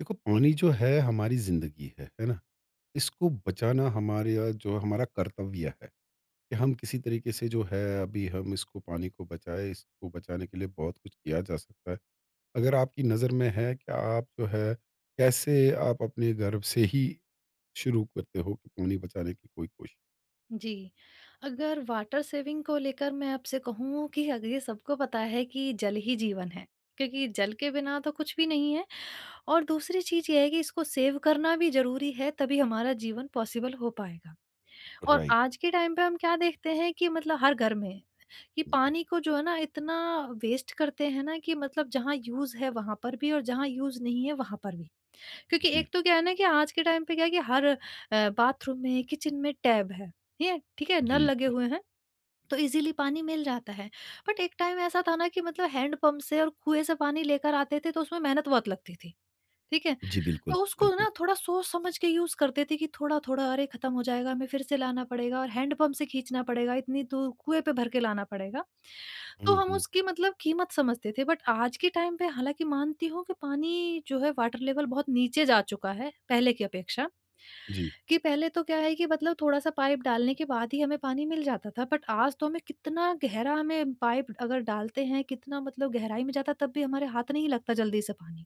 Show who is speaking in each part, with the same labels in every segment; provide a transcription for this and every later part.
Speaker 1: देखो, पानी जो है हमारी जिंदगी है ना। इसको बचाना हमारे या जो हमारा कर्तव्य है कि हम किसी तरीके से जो है अभी हम इसको पानी को बचाए। इसको बचाने के लिए बहुत कुछ किया जा सकता है। अगर आपकी नज़र में है कि आप जो है, कैसे आप अपने घर से ही शुरू करते हो कि पानी बचाने की कोई कोशिश।
Speaker 2: जी, अगर वाटर सेविंग को लेकर मैं आपसे कहूँ कि अगर ये सबको पता है कि जल ही जीवन है, क्योंकि जल के बिना तो कुछ भी नहीं है। और दूसरी चीज़ ये है कि इसको सेव करना भी ज़रूरी है, तभी हमारा जीवन पॉसिबल हो पाएगा। और
Speaker 1: राइट।
Speaker 2: आज के टाइम पे हम क्या देखते हैं कि मतलब हर घर में कि
Speaker 1: हम्म।
Speaker 2: पानी को जो है ना इतना वेस्ट करते हैं ना कि मतलब जहाँ यूज़ है वहाँ पर भी और जहाँ यूज़ नहीं है वहाँ पर भी। क्योंकि
Speaker 1: जी,
Speaker 2: एक तो क्या है ना कि आज के टाइम पे क्या है कि हर बाथरूम में, किचन में टैब है, ठीक है? ठीक है? नल
Speaker 1: जी,
Speaker 2: लगे
Speaker 1: जी,
Speaker 2: हुए हैं, तो इज़िली पानी मिल जाता है। बट एक टाइम ऐसा था ना कि मतलब हैंडपंप से और कुएँ से पानी लेकर आते थे, तो उसमें मेहनत बहुत लगती थी, ठीक है?
Speaker 1: जी, बिल्कुल,
Speaker 2: तो उसको
Speaker 1: बिल्कुल।
Speaker 2: ना थोड़ा सोच समझ के यूज़ करते थे कि थोड़ा-थोड़ा अरे खत्म हो जाएगा, हमें फिर से लाना पड़ेगा और हैंडपंप से खींचना पड़ेगा, इतनी दूर कुएँ पे भर के लाना पड़ेगा।
Speaker 1: हम्म,
Speaker 2: तो हम
Speaker 1: हम्म।
Speaker 2: उसकी मतलब कीमत समझते थे। बट आज के टाइम पे हालाँकि मानती हूँ कि पानी जो है वाटर लेवल बहुत नीचे जा चुका है, पहले की अपेक्षा।
Speaker 1: जी,
Speaker 2: कि पहले तो क्या है कि मतलब थोड़ा-सा पाइप डालने के बाद ही हमें पानी मिल जाता था, बट आज तो हमें कितना गहरा हमें पाइप अगर डालते हैं, कितना मतलब गहराई में जाता है तब भी हमारे हाथ नहीं लगता जल्दी से पानी,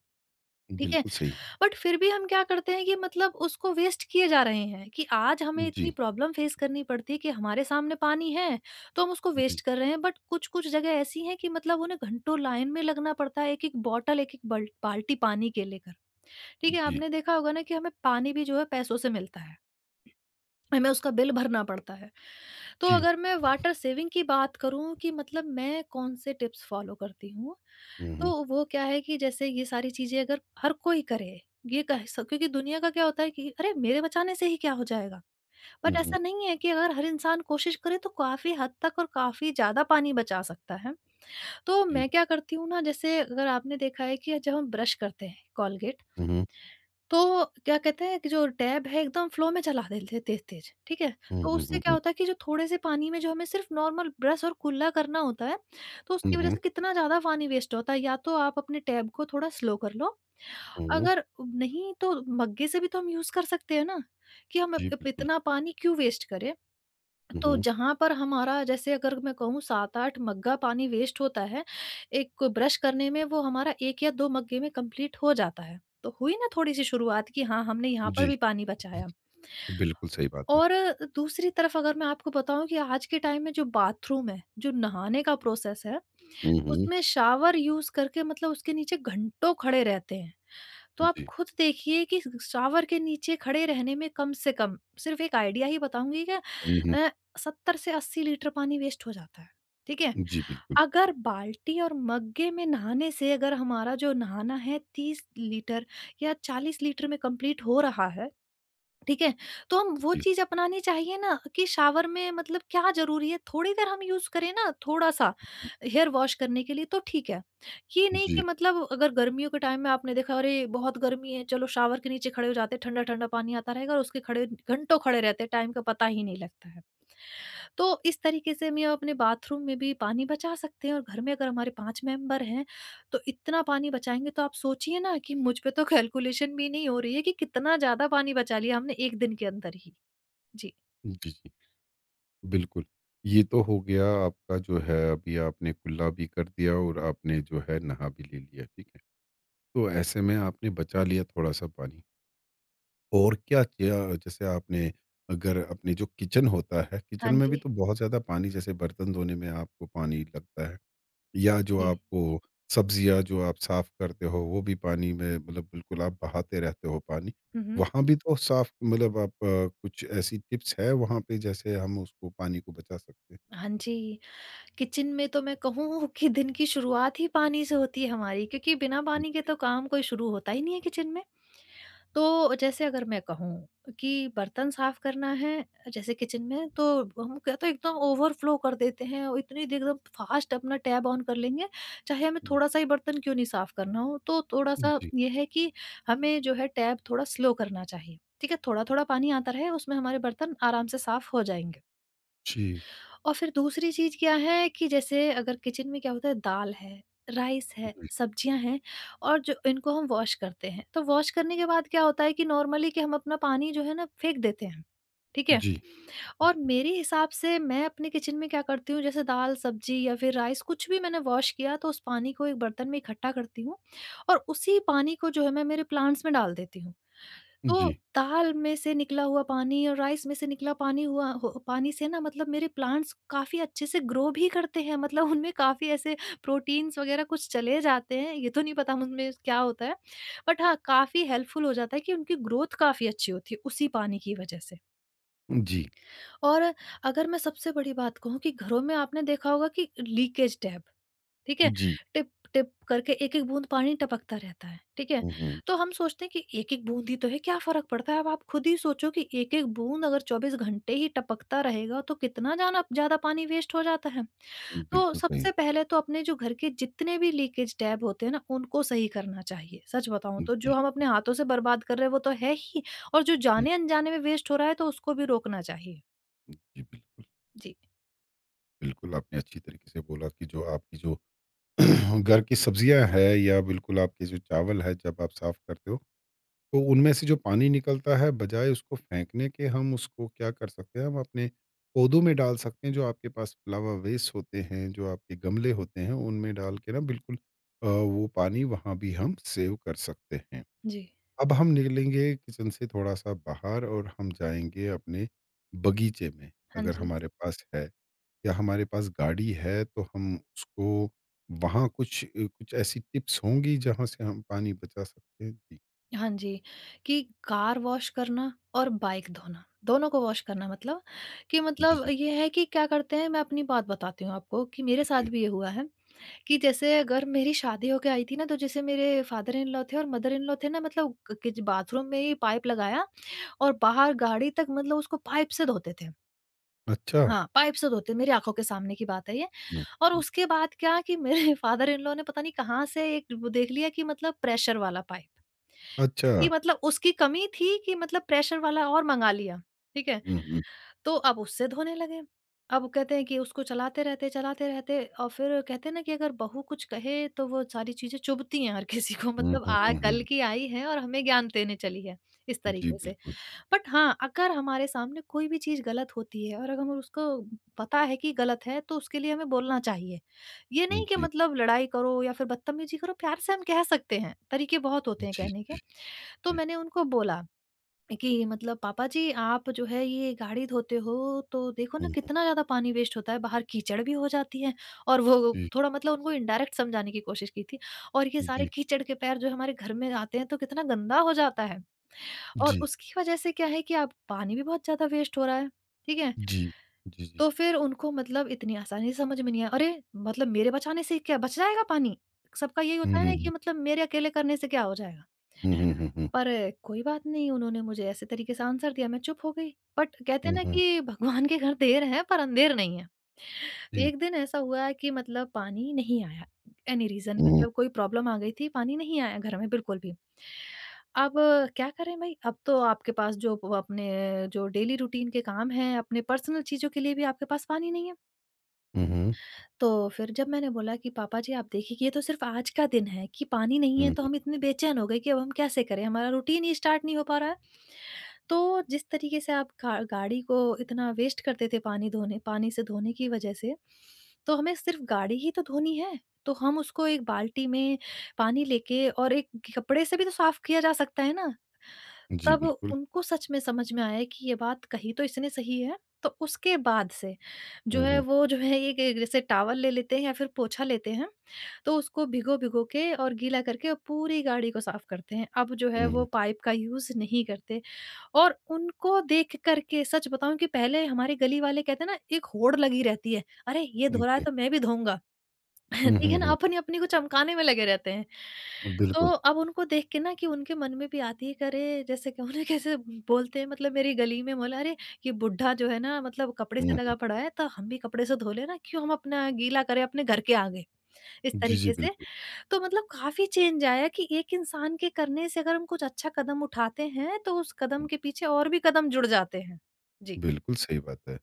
Speaker 2: ठीक है?
Speaker 1: बिल्कुल सही।
Speaker 2: बट फिर भी हम क्या करते हैं कि मतलब उसको वेस्ट किए जा रहे हैं कि आज हमें इतनी
Speaker 1: जी,
Speaker 2: प्रॉब्लम फेस करनी पड़ती है कि हमारे सामने पानी है, तो हम उसको
Speaker 1: जी,
Speaker 2: वेस्ट कर रहे हैं। बट कुछ कुछ जगह ऐसी हैं कि मतलब उन्हें घंटों लाइन में लगना पड़ता है, एक एक बॉटल, एक एक बाल्टी पानी के लेकर। ठीक है,
Speaker 1: जी,
Speaker 2: आपने देखा होगा ना कि हमें पानी भी जो है पैसों से मिलता है, हमें उसका बिल भरना पड़ता है। तो
Speaker 1: जी।
Speaker 2: अगर मैं वाटर सेविंग की बात करूँ कि मतलब मैं कौन-से टिप्स फ़ॉलो करती हूँ,
Speaker 1: हम्म,
Speaker 2: तो वो क्या है कि जैसे ये सारी चीज़ें अगर हर कोई करे, ये कह स क्योंकि दुनिया का क्या होता है कि अरे! मेरे बचाने से ही क्या हो जाएगा?
Speaker 1: हम्म,
Speaker 2: बट
Speaker 1: हम्म।
Speaker 2: ऐसा नहीं है कि अगर हर इंसान कोशिश करे तो काफ़ी हद तक और काफ़ी ज़्यादा पानी बचा सकता है। तो
Speaker 1: जी।
Speaker 2: मैं क्या करती हूँ ना, जैसे अगर आपने देखा है कि जब हम ब्रश करते हैं कोलगेट,
Speaker 1: हम्म।
Speaker 2: तो क्या कहते हैं कि जो टैब है एकदम फ्लो में चला देते थे तेज-तेज, ठीक है?
Speaker 1: हुँ,
Speaker 2: तो
Speaker 1: हुँ,
Speaker 2: उससे
Speaker 1: हुँ,
Speaker 2: क्या
Speaker 1: हुँ।
Speaker 2: होता है कि जो थोड़े से पानी में जो हमें सिर्फ़ नॉर्मल ब्रश और कुल्ला करना होता है, तो
Speaker 1: हुँ,
Speaker 2: उसकी वज़ह
Speaker 1: हुँ,
Speaker 2: से कितना ज़्यादा पानी वेस्ट होता है। या तो आप अपने टैब को थोड़ा स्लो कर लो,
Speaker 1: हुँ।
Speaker 2: अगर नहीं तो मग्गे से भी तो हम यूज़ कर सकते हैं ना, कि हम अप
Speaker 1: जी,
Speaker 2: अप-
Speaker 1: बिल्कुल।
Speaker 2: इतना पानी क्यों वेस्ट करें?
Speaker 1: हुँ,
Speaker 2: तो
Speaker 1: हुँ।
Speaker 2: जहाँ पर हमारा जैसे अगर मैं कहूँ 7-8 मग्गा पानी वेस्ट होता है, एक को ब्रश करने में, वो हमारा 1 या 2 मग्गे में कंप्लीट हो जाता है। तो हुई ना थोड़ी-सी शुरुआत कि हाँ, हमने यहाँ पर
Speaker 1: जी,
Speaker 2: भी पानी बचाया।
Speaker 1: बिल्कुल सही बात है।
Speaker 2: और दूसरी तरफ अगर मैं आपको बताऊँ कि आज के टाइम में जो बाथरूम है, जो नहाने का प्रोसेस है,
Speaker 1: हुँ, हुँ।
Speaker 2: उसमें शावर यूज़ करके मतलब उसके नीचे घंटों खड़े रहते हैं। तो आप
Speaker 1: जी।
Speaker 2: खुद देखिए कि शावर के नीचे खड़े रहने में कम से कम सिर्फ़ एक आइडिया ही बताऊँगी कि
Speaker 1: हुँ, हुँ।
Speaker 2: अ, 70 से 80 लीटर पानी वेस्ट हो जाता है, ठीक है?
Speaker 1: जी, बिल्कुल।
Speaker 2: अगर बाल्टी और मग्गे में नहाने से, अगर हमारा जो नहाना है 30 लीटर या 40 लीटर में कंप्लीट हो रहा है, ठीक है? तो हम वो
Speaker 1: जी,
Speaker 2: चीज़ अपनानी चाहिए ना कि शावर में मतलब क्या ज़रूरी है, थोड़ी देर हम यूज़ करें ना थोड़ा-सा हेयर वॉश करने के लिए तो ठीक है। ये नहीं
Speaker 1: जी,
Speaker 2: कि मतलब अगर गर्मियों के टाइम में आपने देखा, अरे! बहुत गर्मी है, चलो शावर के नीचे खड़े हो जाते हैं, ठंडा-ठंडा पानी आता रहेगा और उसके खड़े घंटों खड़े रहते हैं, टाइम का पता ही नहीं लगता है। तो इस तरीके से हम ये अपने बाथरूम में भी पानी बचा सकते हैं, और घर में अगर हमारे 5 मेंबर हैं तो इतना पानी बचाएँगे तो आप सोचिए ना कि मुझ पे तो कैलकुलेशन भी नहीं हो रही है कि कितना ज़्यादा पानी बचा लिया हमने 1 दिन के अंदर ही। जी।
Speaker 1: जी, जी, बिल्कुल। ये तो हो गया आपका जो है, अभी आपने कुल्ला भी कर दिया और आपने जो है नहा भी ले लिया, ठीक है? तो ऐसे में आपने बचा लिया थोड़ा-सा पानी, और क्या किया जैसे आपने, अगर अपने जो किचन होता है, किचन
Speaker 2: हाँ
Speaker 1: में भी
Speaker 2: जी।
Speaker 1: तो बहुत ज़्यादा पानी जैसे बर्तन धोने में आपको पानी लगता है। या जो
Speaker 2: जी।
Speaker 1: आपको सब्जियाँ जो आप साफ़ करते हो, वो भी पानी में मतलब बिल्कुल आप बहाते रहते हो पानी।
Speaker 2: हुँ, हुँ।
Speaker 1: वहाँ भी तो साफ़ मतलब आप, कुछ ऐसी टिप्स है वहाँ पे जैसे हम उसको पानी को बचा सकते हैं?
Speaker 2: हाँ जी, किचन में तो मैं कहूँ कि दिन की शुरुआत ही पानी से होती है हमारी, क्योंकि बिना पानी के
Speaker 1: जी।
Speaker 2: तो काम कोई शुरू होता ही नहीं है किचन में। तो जैसे अगर मैं कहूँ कि बर्तन साफ करना है, जैसे किचन में तो हम क्या तो एकदम ओवरफ्लो कर देते हैं और इतनी देर एकदम फास्ट अपना टैब ऑन कर लेंगे, चाहे हमें
Speaker 1: हुँ।
Speaker 2: थोड़ा सा ही बर्तन क्यों नहीं साफ करना हो। तो थोड़ा सा
Speaker 1: जी,
Speaker 2: ये है कि हमें जो है टैब थोड़ा स्लो करना चाहिए, ठीक है? थोड़ा थोड़ा पानी आता रहे, उसमें हमारे बर्तन आराम से साफ हो जाएंगे।
Speaker 1: जी,
Speaker 2: और फिर दूसरी चीज़ क्या है कि जैसे अगर किचन में क्या होता है, दाल है, राइस है,
Speaker 1: जी,
Speaker 2: सब्जियाँ हैं, और जो इनको हम वॉश करते हैं। तो वॉश करने के बाद क्या होता है कि नॉर्मली कि हम अपना पानी जो है ना फेंक देते हैं। ठीक है?
Speaker 1: जी,
Speaker 2: और मेरे हिसाब से मैं अपने किचन में क्या करती हूँ, जैसे दाल, सब्जी या फिर राइस कुछ भी मैंने वॉश किया, तो उस पानी को एक बर्तन में इकट्ठा करती हूँ और उसी पानी को जो है मैं मेरे प्लांट्स में डाल देती हूँ। तो
Speaker 1: जी,
Speaker 2: दाल में से निकला हुआ पानी और राइस में से निकला पानी हुआ हो पानी से ना मतलब मेरे प्लांट्स काफ़ी अच्छे से ग्रो भी करते हैं, मतलब उनमें काफ़ी ऐसे प्रोटीन्स वग़ैरह कुछ चले जाते हैं, ये तो नहीं पता उनमें क्या होता है। बट हाँ, काफ़ी हेल्पफुल हो जाता है कि उनकी ग्रोथ काफ़ी अच्छी होती है उसी पानी की वज़ह से।
Speaker 1: जी,
Speaker 2: और अगर मैं सबसे बड़ी बात कहूँ कि घरों में आपने देखा होगा कि लीकेज टैप, ठीक है?
Speaker 1: जी।
Speaker 2: टिप टिप करके एक-एक बूँद पानी टपकता रहता है, ठीक है?
Speaker 1: हुँ, हुँ।
Speaker 2: तो हम सोचते हैं कि एक-एक बूँद ही तो है, क्या फ़र्क पड़ता है? अब आप खुद ही सोचो कि एक-एक बूँद अगर 24 घंटे ही टपकता रहेगा तो कितना जाना ज़्यादा पानी वेस्ट हो जाता है। तो
Speaker 1: बिल्कुल सही।
Speaker 2: सबसे पहले तो अपने जो घर के जितने भी लीकेज टैप होते हैं ना, उनको सही करना चाहिए। सच बताऊँ तो
Speaker 1: जी,
Speaker 2: जो हम अपने हाथों से बर्बाद कर रहे हैं वो तो है ही, और जो
Speaker 1: हुँ,
Speaker 2: जाने-अनजाने में वेस्ट हो रहा है तो उसको भी रोकना चाहिए।
Speaker 1: जी, बिल्कुल।
Speaker 2: जी।
Speaker 1: बिल्कुल आपने अच्छी तरीके से बोला कि जो आपकी जो घर की सब्जियाँ है, या बिल्कुल आपके जो चावल है, जब आप साफ़ करते हो तो उनमें से जो पानी निकलता है, बजाय उसको फेंकने के हम उसको क्या कर सकते हैं, हम अपने पौधों में डाल सकते हैं। जो आपके पास फ्लावर वेस्ट होते हैं, जो आपके गमले होते हैं, उनमें डाल के ना बिल्कुल, वो पानी वहाँ भी हम सेव कर सकते हैं।
Speaker 2: जी।
Speaker 1: अब हम निकलेंगे किचन से थोड़ा सा बाहर और हम जाएंगे अपने बगीचे में,
Speaker 2: हाँ
Speaker 1: अगर
Speaker 2: जी।
Speaker 1: हमारे पास है, या हमारे पास गाड़ी है तो हम उसको, वहाँ कुछ कुछ ऐसी टिप्स होंगी जहाँ से हम पानी बचा सकते हैं।
Speaker 2: हाँ जी, कि कार वॉश करना और बाइक धोना, दोनों को वॉश करना मतलब कि
Speaker 1: जी,
Speaker 2: मतलब
Speaker 1: जी,
Speaker 2: ये है कि क्या करते हैं, मैं अपनी बात बताती हूँ आपको कि मेरे साथ
Speaker 1: जी।
Speaker 2: भी ये हुआ है। कि जैसे अगर मेरी शादी होके आई थी ना, तो जैसे मेरे फादर इन लॉ थे और मदर इन लॉ थे ना, मतलब क किच बाथरूम में ही पाइप लगाया और बाहर गाड़ी तक मतलब उसको पाइप से धोते थे।
Speaker 1: अच्छा।
Speaker 2: हाँ, पाइप से धोते मेरी आँखों के सामने की बात है ये।
Speaker 1: हुँ,
Speaker 2: और
Speaker 1: हुँ।
Speaker 2: उसके बाद क्या कि मेरे फादर इन लॉ ने पता नहीं कहाँ से एक वो देख लिया कि मतलब प्रेशर वाला पाइप।
Speaker 1: अच्छा।
Speaker 2: कि मतलब उसकी कमी थी कि मतलब प्रेशर वाला, और मँगा लिया, ठीक है?
Speaker 1: हुँ, हुँ।
Speaker 2: तो अब उससे धोने लगे। अब कहते हैं कि उसको चलाते रहते और फिर कहते हैं ना कि अगर बहू कुछ कहे तो वो सारी चीज़ें चुभती हैं हर किसी को।
Speaker 1: हुँ,
Speaker 2: मतलब
Speaker 1: हुँ,
Speaker 2: आ
Speaker 1: हुँ,
Speaker 2: कल
Speaker 1: हुँ।
Speaker 2: की आई है और हमें ज्ञान देने चली है, इस
Speaker 1: जी,
Speaker 2: तरीके से।
Speaker 1: बिल्कुल।
Speaker 2: बट हाँ, अगर हमारे सामने कोई भी चीज़ गलत होती है और अगर हमें उसको पता है कि गलत है तो उसके लिए हमें बोलना चाहिए। ये नहीं कि
Speaker 1: जी,
Speaker 2: मतलब लड़ाई करो या फिर बदतमीज़ी करो, प्यार से हम कह सकते हैं, तरीके बहुत होते हैं
Speaker 1: जी,
Speaker 2: कहने के। तो
Speaker 1: जी।
Speaker 2: मैंने उनको बोला कि मतलब पापा जी, आप जो है ये गाड़ी धोते हो तो देखो ना
Speaker 1: हुँ, हुँ।
Speaker 2: कितना ज्यादा पानी वेस्ट होता है, बाहर कीचड़ भी हो जाती है। और वो
Speaker 1: जी,
Speaker 2: थोड़ा मतलब उनको इनडायरेक्ट समझाने की कोशिश की थी। और ये सारे
Speaker 1: जी,
Speaker 2: कीचड़ के पैर जो हमारे घर में आते हैं तो कितना गंदा हो जाता है। और
Speaker 1: जी,
Speaker 2: उसकी वजह से क्या है कि आप पानी भी बहुत ज्यादा वेस्ट हो रहा है, ठीक है?
Speaker 1: जी, जी, जी।
Speaker 2: तो फिर उनको मतलब इतनी आसानी से समझ में नहीं आया। अरे, मतलब मेरे बचाने से क्या बच जाएगा पानी। सबका यही
Speaker 1: हुँ,
Speaker 2: होता है
Speaker 1: हुँ,
Speaker 2: ना कि
Speaker 1: हुँ।
Speaker 2: मतलब मेरे अकेले करने से क्या हो जाएगा।
Speaker 1: हुँ, हुँ, हुँ, हुँ।
Speaker 2: पर कोई बात नहीं, उन्होंने मुझे ऐसे तरीके से आंसर दिया, मैं चुप हो गई। बट कहते हैं
Speaker 1: हुँ,
Speaker 2: ना
Speaker 1: हुँ।
Speaker 2: कि भगवान के घर देर है पर अंधेर नहीं है।
Speaker 1: जी।
Speaker 2: एक दिन ऐसा हुआ कि मतलब पानी नहीं आया। एनी रीज़न
Speaker 1: हुँ, हुँ।
Speaker 2: मतलब कोई प्रॉब्लम आ गई थी, पानी नहीं आया घर में बिल्कुल भी। अब क्या करें भई, अब तो आपके पास जो प अपने जो डेली रूटीन के काम हैं, अपने पर्सनल चीज़ों के लिए भी आपके पास पानी नहीं है।
Speaker 1: हुँ, हुँ।
Speaker 2: तो फिर जब मैंने बोला कि पापा जी, आप देखिए कि ये तो सिर्फ़ आज का दिन है कि पानी नहीं
Speaker 1: हुँ,
Speaker 2: है तो
Speaker 1: हुँ।
Speaker 2: हम इतने बेचैन हो गए कि अब हम कैसे करें? हमारा रूटीन ही स्टार्ट नहीं हो पा रहा है। तो जिस तरीके से आप गा गाड़ी को इतना वेस्ट करते थे पानी धोने पानी से धोने की वजह से, तो हमें सिर्फ़ गाड़ी ही तो धोनी है। तो हम उसको एक बाल्टी में पानी लेके और एक कपड़े से भी तो साफ़ किया जा सकता है ना।
Speaker 1: जी,
Speaker 2: तब
Speaker 1: बिल्कुल।
Speaker 2: उनको सच में समझ में आया कि ये बात कही तो इसने सही है। तो उसके बाद से
Speaker 1: हुँ,
Speaker 2: जो है
Speaker 1: हुँ।
Speaker 2: वो जो है एक एक जैसे टॉवल ले लेते हैं या फिर पोंछा लेते हैं, तो उसको भिगो-भिगो के और गीला करके और पूरी गाड़ी को साफ करते हैं। अब जो है
Speaker 1: हुँ,
Speaker 2: वो
Speaker 1: हुँ।
Speaker 2: पाइप का यूज़ नहीं करते। और उनको देख कर के सच बताऊँ कि पहले हमारे गली वाले कहते हैं ना एक होड़ लगी रहती है, "अरे! ये धो रहा है
Speaker 1: जी।
Speaker 2: तो मैं भी धोऊँगा।"
Speaker 1: हुँ, हुँ,
Speaker 2: देखिए ना,
Speaker 1: हुँ।
Speaker 2: अपन ही अपने को चमकाने में लगे रहते हैं। तो
Speaker 1: बिल्कुल।
Speaker 2: अब उनको देख के ना कि उनके मन में भी आती है कि अरे जैसे कि उन्हें कैसे बोलते हैं, मतलब मेरी गली में बोला अरे ये बुड्ढा जो है ना मतलब कपड़े
Speaker 1: हुँ,
Speaker 2: से
Speaker 1: हुँ।
Speaker 2: लगा पड़ा है तो हम भी कपड़े से धो लेना, क्यों हम अपना गीला करें अपने घर के आगे। इस
Speaker 1: जी, जी,
Speaker 2: तरीके से।
Speaker 1: बिल्कुल।
Speaker 2: तो मतलब काफ़ी चेंज आया कि एक इंसान के करने से अगर हम कुछ अच्छा कदम उठाते हैं तो उस कदम के पीछे और भी कदम जुड़ जाते हैं। जी।
Speaker 1: बिल्कुल सही बात है।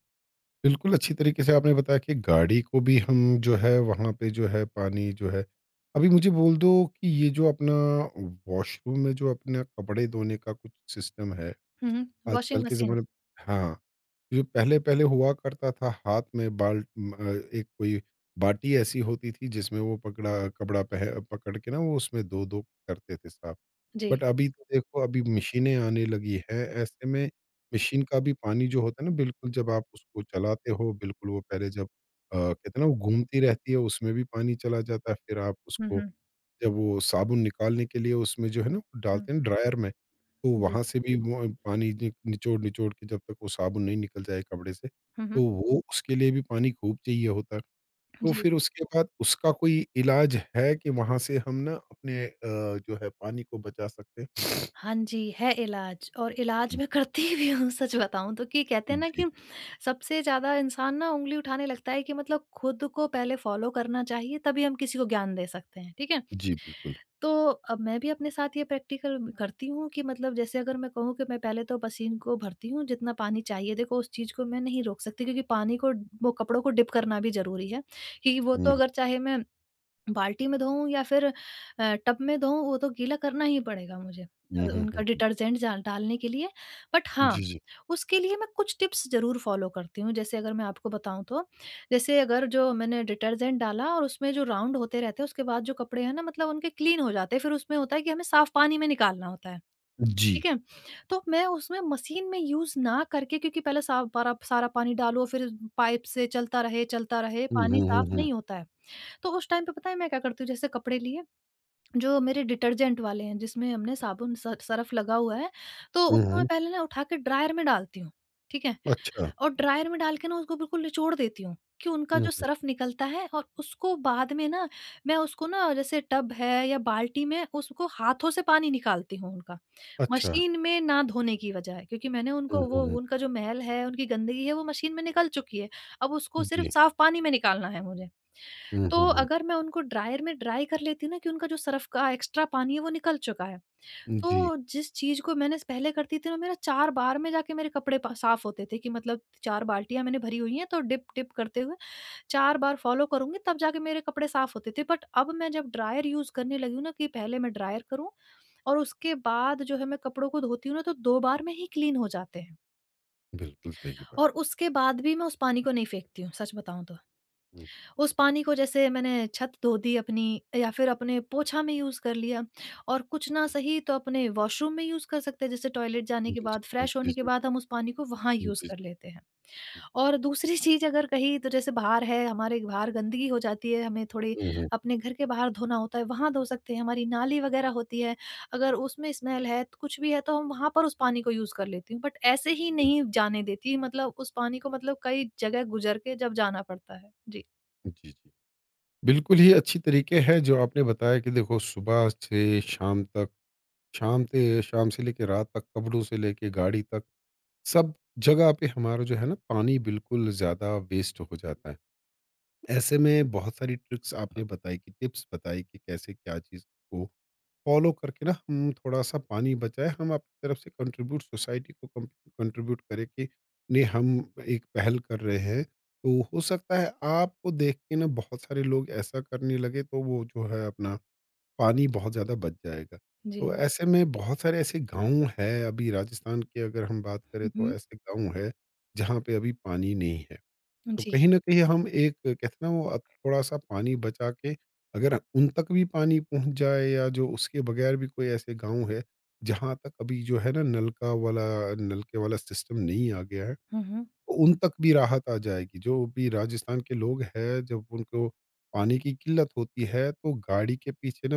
Speaker 1: बिल्कुल अच्छी तरीके से आपने बताया कि गाड़ी को भी हम जो है वहाँ पे जो है पानी जो है, अभी मुझे बोल दो कि ये जो अपना वॉशरूम में जो अपना कपड़े धोने का कुछ सिस्टम है,
Speaker 2: हुँ, हुँ।
Speaker 1: आजकल
Speaker 2: वॉशिंग
Speaker 1: के
Speaker 2: मशीन।
Speaker 1: ज़माने। हाँ, जो पहले-पहले हुआ करता था, हाथ में एक कोई बाटी ऐसी होती थी जिसमें वो पकड़ा कपड़ा पह पकड़ के ना वो उसमें धो-धो करते थे साफ।
Speaker 2: जी।
Speaker 1: बट अभी तो देखो अभी मशीनें आने लगी है, ऐसे में मशीन का भी पानी जो होता है ना, बिल्कुल जब आप उसको चलाते हो, बिल्कुल वो पहले जब, कहते हैं ना वो घूमती रहती है, उसमें भी पानी चला जाता है। फिर आप
Speaker 2: हुँ,
Speaker 1: उसको
Speaker 2: हुँ।
Speaker 1: जब वो साबुन निकालने के लिए उसमें जो है ना वो
Speaker 2: हुँ।
Speaker 1: डालते हैं ड्रायर में, तो
Speaker 2: जी।
Speaker 1: वहाँ से भी वो पानी नि निचोड़-निचोड़ के, जब तक वो साबुन नहीं निकल जाए कपड़े से,
Speaker 2: हुँ,
Speaker 1: तो
Speaker 2: हुँ।
Speaker 1: वो उसके लिए भी पानी खूब चाहिए होता है। तो
Speaker 2: जी।
Speaker 1: फिर उसके बाद उसका कोई इलाज है कि वहाँ से हम ना अपने, जो है पानी को बचा सकते हैं?
Speaker 2: हाँ जी, है इलाज और इलाज
Speaker 1: हम्म,
Speaker 2: मैं करती भी हूँ, सच बताऊँ तो, कि कहते हैं ना
Speaker 1: जी,
Speaker 2: कि सबसे ज़्यादा इंसान ना उँगली उठाने लगता है कि मतलब खुद को पहले फ़ॉलो करना चाहिए तभी हम किसी को ज्ञान दे सकते हैं, ठीक है?
Speaker 1: जी, बिल्कुल।
Speaker 2: तो अब मैं भी अपने साथ ये प्रैक्टिकल करती हूँ कि मतलब जैसे अगर मैं कहूँ कि मैं पहले तो पसीन को भरती हूँ जितना पानी चाहिए, देखो उस चीज़ को मैं नहीं रोक सकती क्योंकि पानी को वो कपड़ों को डिप करना भी ज़रूरी है, क्योंकि वो तो
Speaker 1: हुँ,
Speaker 2: अगर चाहे मैं बाल्टी में धोऊँ या फिर टब में धोऊँ, वो तो गीला करना ही पड़ेगा मुझे
Speaker 1: हुँ, हुँ,
Speaker 2: उनका
Speaker 1: हुँ, हुँ।
Speaker 2: डिटर्जेंट जा डालने के लिए। बट हाँ,
Speaker 1: जी, जी।
Speaker 2: उसके लिए मैं कुछ टिप्स ज़रूर फ़ॉलो करती हूँ। जैसे अगर मैं आपको बताऊँ तो, जैसे अगर जो मैंने डिटर्जेंट डाला और उसमें जो राउंड होते रहते हैं उसके बाद जो कपड़े हैं ना, मतलब उनके क्लीन हो जाते हैं। फिर उसमें होता है कि हमें साफ पानी में निकालना होता है,
Speaker 1: जी।
Speaker 2: ठीक है? तो मैं उसमें मशीन में यूज़ ना करके, क्योंकि पहले साफ पारा सारा पानी डालो फिर पाइप से चलता रहे,
Speaker 1: हुँ,
Speaker 2: पानी
Speaker 1: हुँ, हुँ,
Speaker 2: साफ
Speaker 1: हुँ।
Speaker 2: नहीं होता है। तो उस टाइम पे पता है मैं क्या करती हूँ, जैसे कपड़े लिए जो मेरे डिटर्जेंट वाले हैं जिसमें हमने साबुन स सरफ लगा हुआ है, तो
Speaker 1: हुँ,
Speaker 2: उसको मैं
Speaker 1: हुँ।
Speaker 2: पहले ना उठा के ड्रायर में डालती हूँ, ठीक है?
Speaker 1: अच्छा।
Speaker 2: और ड्रायर में डाल के ना उसको बिल्कुल निचोड़ देती हूँ कि उनका
Speaker 1: हुँ,
Speaker 2: जो
Speaker 1: हुँ।
Speaker 2: सरफ निकलता है और उसको बाद में ना मैं उसको ना जैसे टब है या बाल्टी में उसको हाथों से पानी निकालती हूँ उनका,
Speaker 1: अच्छा।
Speaker 2: मशीन में ना धोने की बजाय, क्योंकि मैंने
Speaker 1: हुँ,
Speaker 2: उनको वो
Speaker 1: हुँ, हुँ।
Speaker 2: उनका जो महल है, उनकी गंदगी है वो मशीन में निकल चुकी है। अब उसको सिर्फ़
Speaker 1: जी।
Speaker 2: साफ पानी में निकालना है मुझे।
Speaker 1: हुँ, हुँ,
Speaker 2: तो
Speaker 1: हुँ।
Speaker 2: अगर मैं उनको ड्रायर में ड्राई कर लेती ना कि उनका जो सर्फ का एक्स्ट्रा पानी है वो निकल चुका है।
Speaker 1: जी,
Speaker 2: तो जिस चीज़ को मैंने पहले करती थी ना, मेरा 4 बार में जाके मेरे कपड़े पा साफ़ होते थे कि मतलब 4 बाल्टियाँ मैंने भरी हुई हैं तो डिप-डिप करते हुए 4 बार फ़ॉलो करूँगी तब जाके मेरे कपड़े साफ़ होते थे। बट अब मैं जब ड्रायर यूज़ करने लगी हूँ ना कि पहले मैं ड्रायर करूँ और उसके बाद जो है मैं कपड़ों को धोती हूँ ना तो 2 बार में ही क्लीन हो जाते हैं।
Speaker 1: बिल्कुल सही बात।
Speaker 2: और उसके बाद भी मैं उस पानी को नहीं फेंकती हूँ, सच बताऊँ तो।
Speaker 1: हुँ।
Speaker 2: उस पानी को जैसे मैंने छत धो दी अपनी या फिर अपने पोछा में यूज़ कर लिया, और कुछ ना सही तो अपने वॉशरूम में यूज़ कर सकते हैं, जैसे टॉयलेट जाने के
Speaker 1: जी,
Speaker 2: बाद
Speaker 1: हाँ,
Speaker 2: फ्रेश
Speaker 1: जी। जी,
Speaker 2: होने के
Speaker 1: जी।
Speaker 2: बाद हम उस पानी को वहाँ यूज़
Speaker 1: जी,
Speaker 2: कर
Speaker 1: जी,
Speaker 2: लेते हैं।
Speaker 1: जी।
Speaker 2: और दूसरी चीज़ अगर कहीं तो जैसे बाहर है, हमारे बाहर गंदगी हो जाती है, हमें थोड़ी
Speaker 1: हुँ, हुँ,
Speaker 2: अपने घर के बाहर धोना होता है वहाँ धो सकते हैं। हमारी नाली वगैरह होती है, अगर उसमें स्मेल है तो कुछ भी है तो हम वहाँ पर उस पानी को यूज़ कर लेती हूँ, बट ऐसे ही
Speaker 1: हुँ।
Speaker 2: नहीं जाने देती, मतलब उस पानी को मतलब कई जगह गुजर के जब जाना पड़ता है। जी।
Speaker 1: जी, जी। बिल्कुल ही अच्छी तरीके है जो आपने बताया कि देखो सुबह से शाम तक, शाम से लेके रात तक, कपड़ों से लेके गाड़ी तक, सब जगह पे हमारा जो है ना पानी बिल्कुल ज़्यादा वेस्ट हो जाता है। ऐसे में बहुत सारी ट्रिक्स आपने बताई कि टिप्स बताई कि कैसे क्या चीज़ को फॉलो करके ना हम थोड़ा-सा पानी बचाएँ, हम अपनी तरफ से कंट्रीब्यूट, सोसाइटी को कं कंट्रीब्यूट करें कि नहीं, हम एक पहल कर रहे हैं। तो हो सकता है आपको देख के ना बहुत सारे लोग ऐसा करने लगे, तो वो जो है अपना पानी बहुत ज़्यादा बच जाएगा।
Speaker 2: जी।
Speaker 1: तो ऐसे में बहुत सारे ऐसे गाँव हैं, अभी राजस्थान की अगर हम बात करें
Speaker 2: हुँ,
Speaker 1: तो
Speaker 2: हुँ।
Speaker 1: ऐसे गाँव हैं जहाँ पे अभी पानी नहीं है। तो
Speaker 2: जी।
Speaker 1: कहीं न कहीं हम एक, कहते हैं ना वो, थोड़ा-सा पानी बचा के अगर उन तक भी पानी पहुँच जाए, या जो उसके बगैर भी कोई ऐसे गाँव है जहाँ तक अभी जो है ना नलका वाला नलके वाला सिस्टम नहीं आ गया है,
Speaker 2: हुँ, हुँ।
Speaker 1: तो उन तक भी राहत आ जाएगी। जो भी राजस्थान के लोग हैं, जब उनको पानी की किल्लत होती है, तो गाड़ी के पीछे ना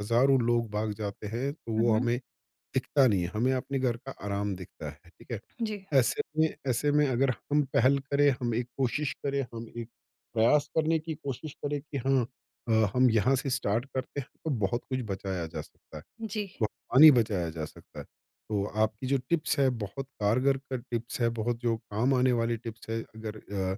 Speaker 1: हज़ारों लोग भाग जाते हैं, तो
Speaker 2: हुँ,
Speaker 1: वो
Speaker 2: हुँ।
Speaker 1: हमें दिखता नहीं है, हमें अपने घर का आराम दिखता है, ठीक है?
Speaker 2: जी,
Speaker 1: ऐसे में अगर हम पहल करें, हम एक कोशिश करें, हम एक प्रयास करने की कोशिश करें कि हाँ, हम यहाँ से स्टार्ट करते हैं, तो बहुत कुछ बचाया जा सकता है।
Speaker 2: जी,
Speaker 1: बहुत पानी बचाया जा सकता है। तो आपकी जो टिप्स है बहुत कारगर का टिप्स है, बहुत जो काम आने वाली टिप्स है, अगर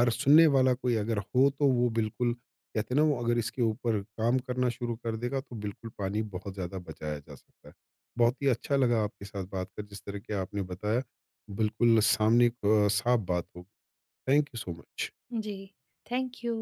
Speaker 1: हर सुनने वाला कोई अगर हो, तो वो बिल्कुल कहते हैं ना, वो अगर इसके ऊपर काम करना शुरू कर देगा तो बिल्कुल पानी बहुत ज़्यादा बचाया जा सकता है। बहुत ही अच्छा लगा आपके साथ बात कर, जिस तरह के आपने बताया, बिल्कुल सामने, साफ बात हो। Thank you so much.
Speaker 2: जी। Thank you.